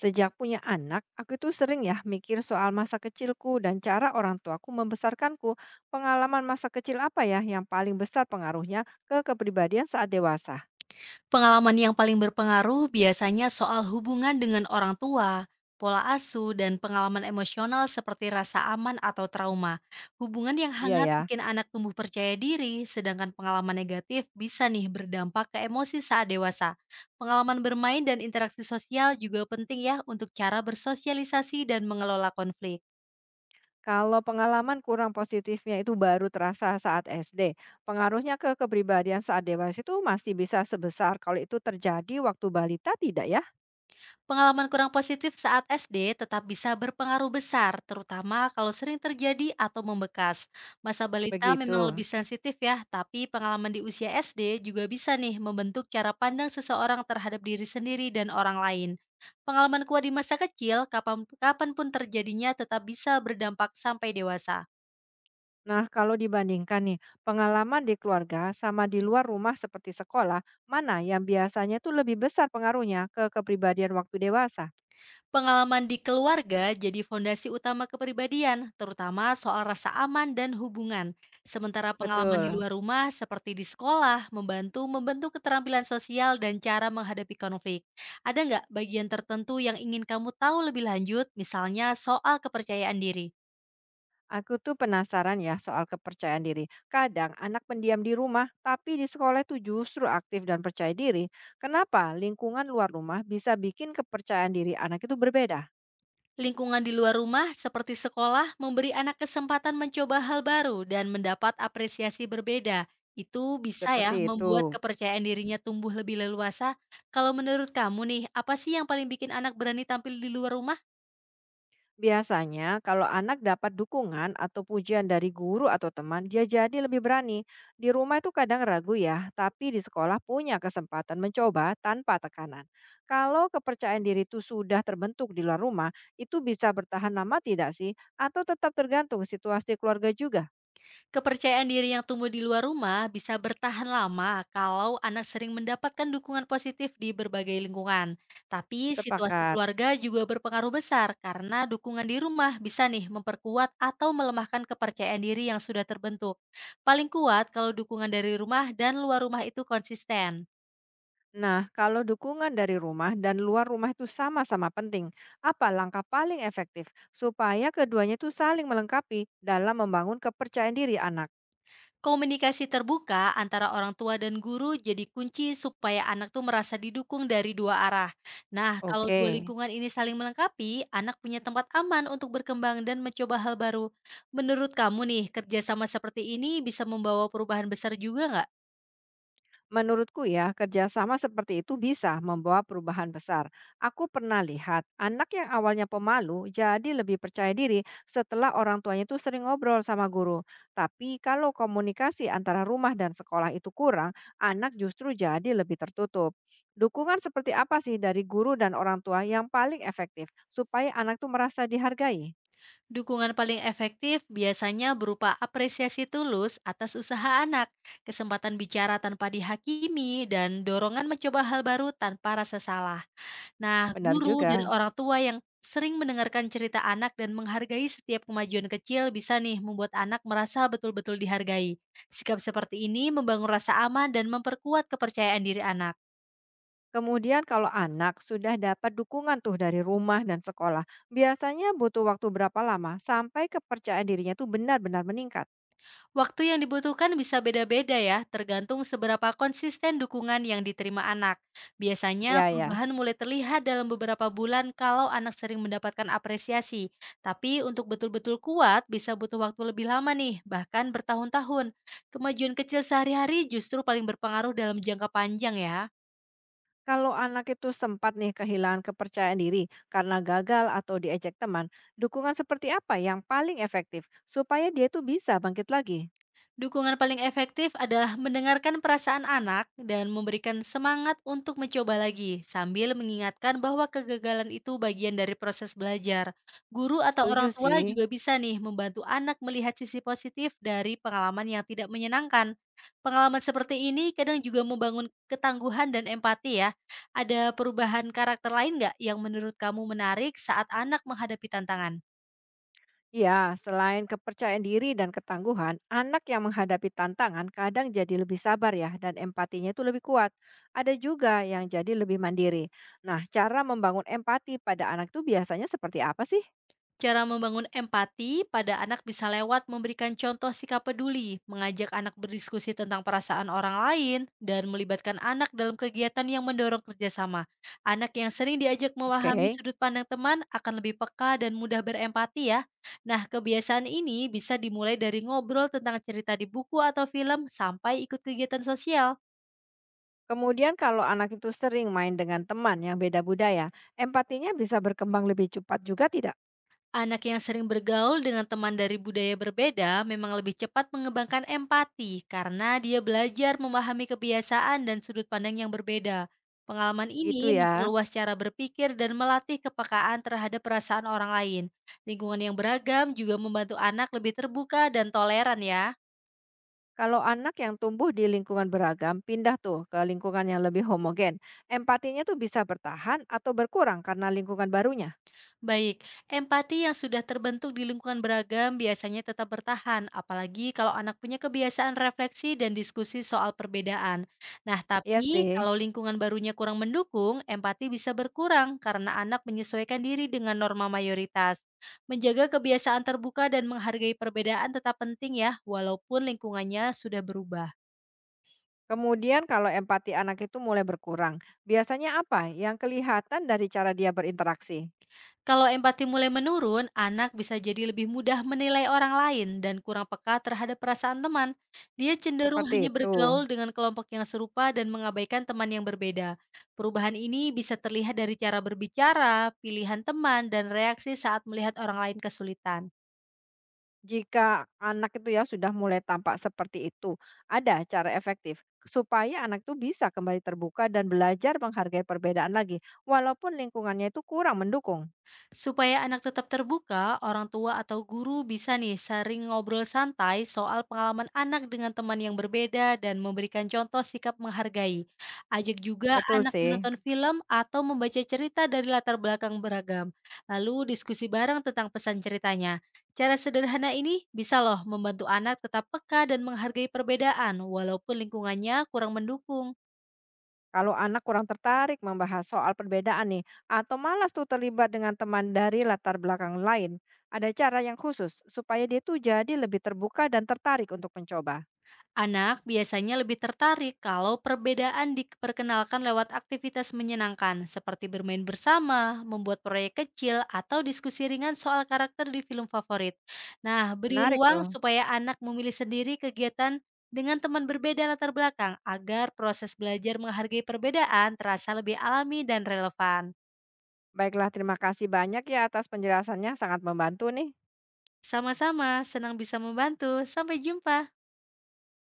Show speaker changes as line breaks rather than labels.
Sejak punya anak, aku itu sering ya mikir soal masa kecilku dan cara orang tuaku membesarkanku. Pengalaman masa kecil apa ya yang paling besar pengaruhnya ke kepribadian saat dewasa?
Pengalaman yang paling berpengaruh biasanya soal hubungan dengan orang tua, pola asuh, dan pengalaman emosional seperti rasa aman atau trauma. Hubungan yang
Iya
hangat
ya.
bikin anak tumbuh percaya diri, sedangkan pengalaman negatif bisa nih berdampak ke emosi saat dewasa. Pengalaman bermain dan interaksi sosial juga penting ya untuk cara bersosialisasi dan mengelola konflik.
Kalau pengalaman kurang positifnya itu baru terasa saat SD, pengaruhnya ke kepribadian saat dewasa itu masih bisa sebesar kalau itu terjadi waktu balita tidak ya?
Pengalaman kurang positif saat SD tetap bisa berpengaruh besar, terutama kalau sering terjadi atau membekas. Masa balita memang
Begitu.
lebih sensitif ya, tapi pengalaman di usia SD juga bisa nih membentuk cara pandang seseorang terhadap diri sendiri dan orang lain. Pengalaman kuat di masa kecil, kapanpun terjadinya tetap bisa berdampak sampai dewasa.
Nah, kalau dibandingkan nih, pengalaman di keluarga sama di luar rumah seperti sekolah, mana yang biasanya tuh lebih besar pengaruhnya ke kepribadian waktu dewasa?
Pengalaman di keluarga jadi fondasi utama kepribadian, terutama soal rasa aman dan hubungan. Sementara pengalaman di
Betul.
luar rumah, seperti di sekolah, membantu membentuk keterampilan sosial dan cara menghadapi konflik. Ada nggak bagian tertentu yang ingin kamu tahu lebih lanjut, misalnya soal kepercayaan diri?
Aku tuh penasaran ya soal kepercayaan diri. Kadang anak pendiam di rumah, tapi di sekolah itu justru aktif dan percaya diri. Kenapa lingkungan luar rumah bisa bikin kepercayaan diri anak itu berbeda?
Lingkungan di luar rumah seperti sekolah memberi anak kesempatan mencoba hal baru dan mendapat apresiasi berbeda. Itu bisa ya
Seperti
membuat
itu.
kepercayaan dirinya tumbuh lebih leluasa. Kalau menurut kamu nih, apa sih yang paling bikin anak berani tampil di luar rumah?
Biasanya, kalau anak dapat dukungan atau pujian dari guru atau teman, dia jadi lebih berani. Di rumah itu kadang ragu ya, tapi di sekolah punya kesempatan mencoba tanpa tekanan. Kalau kepercayaan diri itu sudah terbentuk di luar rumah, itu bisa bertahan lama tidak sih? Atau tetap tergantung situasi keluarga juga?
Kepercayaan diri yang tumbuh di luar rumah bisa bertahan lama kalau anak sering mendapatkan dukungan positif di berbagai lingkungan. Tapi situasi
Sepakat.
keluarga juga berpengaruh besar karena dukungan di rumah bisa nih memperkuat atau melemahkan kepercayaan diri yang sudah terbentuk. Paling kuat kalau dukungan dari rumah dan luar rumah itu konsisten.
Nah, kalau dukungan dari rumah dan luar rumah itu sama-sama penting, apa langkah paling efektif supaya keduanya itu saling melengkapi dalam membangun kepercayaan diri anak?
Komunikasi terbuka antara orang tua dan guru jadi kunci supaya anak tuh merasa didukung dari dua arah. Nah, kalau
Oke,
dua lingkungan ini saling melengkapi, anak punya tempat aman untuk berkembang dan mencoba hal baru. Menurut kamu nih, kerjasama seperti ini bisa membawa perubahan besar juga nggak?
menurutku ya, kerjasama seperti itu bisa membawa perubahan besar. Aku pernah lihat anak yang awalnya pemalu jadi lebih percaya diri setelah orang tuanya itu sering ngobrol sama guru. Tapi kalau komunikasi antara rumah dan sekolah itu kurang, anak justru jadi lebih tertutup. Dukungan seperti apa sih dari guru dan orang tua yang paling efektif supaya anak tuh merasa dihargai?
Dukungan paling efektif biasanya berupa apresiasi tulus atas usaha anak, kesempatan bicara tanpa dihakimi, dan dorongan mencoba hal baru tanpa rasa salah. Nah,
Benar
guru dan
juga.
orang tua yang sering mendengarkan cerita anak dan menghargai setiap kemajuan kecil bisa nih membuat anak merasa betul-betul dihargai. Sikap seperti ini membangun rasa aman dan memperkuat kepercayaan diri anak.
Kemudian kalau anak sudah dapat dukungan tuh dari rumah dan sekolah, biasanya butuh waktu berapa lama sampai kepercayaan dirinya tuh benar-benar meningkat?
Waktu yang dibutuhkan bisa beda-beda ya, tergantung seberapa konsisten dukungan yang diterima anak. Biasanya
Ya ya.
perubahan mulai terlihat dalam beberapa bulan kalau anak sering mendapatkan apresiasi. Tapi untuk betul-betul kuat bisa butuh waktu lebih lama nih, bahkan bertahun-tahun. Kemajuan kecil sehari-hari justru paling berpengaruh dalam jangka panjang ya.
Kalau anak itu sempat nih kehilangan kepercayaan diri karena gagal atau diejek teman, dukungan seperti apa yang paling efektif supaya dia tuh bisa bangkit lagi?
Dukungan paling efektif adalah mendengarkan perasaan anak dan memberikan semangat untuk mencoba lagi, sambil mengingatkan bahwa kegagalan itu bagian dari proses belajar. Guru atau orang
Setuju
tua
sih.
juga bisa nih membantu anak melihat sisi positif dari pengalaman yang tidak menyenangkan. Pengalaman seperti ini kadang juga membangun ketangguhan dan empati ya. Ada perubahan karakter lain nggak yang menurut kamu menarik saat anak menghadapi tantangan?
Ya, selain kepercayaan diri dan ketangguhan, anak yang menghadapi tantangan kadang jadi lebih sabar ya dan empatinya itu lebih kuat. Ada juga yang jadi lebih mandiri. Nah, cara membangun empati pada anak itu biasanya seperti apa sih?
Cara membangun empati pada anak bisa lewat memberikan contoh sikap peduli, mengajak anak berdiskusi tentang perasaan orang lain, dan melibatkan anak dalam kegiatan yang mendorong kerjasama. Anak yang sering diajak
Oke.
memahami sudut pandang teman akan lebih peka dan mudah berempati ya. Nah, kebiasaan ini bisa dimulai dari ngobrol tentang cerita di buku atau film sampai ikut kegiatan sosial.
Kemudian kalau anak itu sering main dengan teman yang beda budaya, empatinya bisa berkembang lebih cepat juga tidak?
Anak yang sering bergaul dengan teman dari budaya berbeda memang lebih cepat mengembangkan empati karena dia belajar memahami kebiasaan dan sudut pandang yang berbeda. Pengalaman
Gitu
ini
ya.
memperluas cara berpikir dan melatih kepekaan terhadap perasaan orang lain. Lingkungan yang beragam juga membantu anak lebih terbuka dan toleran ya.
Kalau anak yang tumbuh di lingkungan beragam, pindah tuh ke lingkungan yang lebih homogen. Empatinya tuh bisa bertahan atau berkurang karena lingkungan barunya.
Baik, empati yang sudah terbentuk di lingkungan beragam biasanya tetap bertahan, apalagi kalau anak punya kebiasaan refleksi dan diskusi soal perbedaan. Nah,
Iya
tapi
sih.
kalau lingkungan barunya kurang mendukung, empati bisa berkurang karena anak menyesuaikan diri dengan norma mayoritas. Menjaga kebiasaan terbuka dan menghargai perbedaan tetap penting ya, walaupun lingkungannya sudah berubah.
Kemudian kalau empati anak itu mulai berkurang, biasanya apa yang kelihatan dari cara dia berinteraksi?
Kalau empati mulai menurun, anak bisa jadi lebih mudah menilai orang lain dan kurang peka terhadap perasaan teman. Dia cenderung
Seperti
hanya
itu.
bergaul dengan kelompok yang serupa dan mengabaikan teman yang berbeda. Perubahan ini bisa terlihat dari cara berbicara, pilihan teman, dan reaksi saat melihat orang lain kesulitan.
Jika anak itu ya sudah mulai tampak seperti itu, ada cara efektif supaya anak itu bisa kembali terbuka dan belajar menghargai perbedaan lagi, walaupun lingkungannya itu kurang mendukung.
Supaya anak tetap terbuka, orang tua atau guru bisa nih sering ngobrol santai soal pengalaman anak dengan teman yang berbeda dan memberikan contoh sikap menghargai. Ajak juga
Betul
anak
sih.
menonton film atau membaca cerita dari latar belakang beragam. Lalu diskusi bareng tentang pesan ceritanya. Cara sederhana ini bisa loh membantu anak tetap peka dan menghargai perbedaan walaupun lingkungannya kurang mendukung.
Kalau anak kurang tertarik membahas soal perbedaan nih, atau malas tuh terlibat dengan teman dari latar belakang lain, ada cara yang khusus supaya dia tuh jadi lebih terbuka dan tertarik untuk mencoba.
Anak biasanya lebih tertarik kalau perbedaan diperkenalkan lewat aktivitas menyenangkan, seperti bermain bersama, membuat proyek kecil, atau diskusi ringan soal karakter di film favorit. Nah, beri
Menarik
ruang
tuh.
supaya anak memilih sendiri kegiatan dengan teman berbeda latar belakang agar proses belajar menghargai perbedaan terasa lebih alami dan relevan.
Baiklah, terima kasih banyak ya atas penjelasannya, sangat membantu nih.
Sama-sama, senang bisa membantu. Sampai jumpa.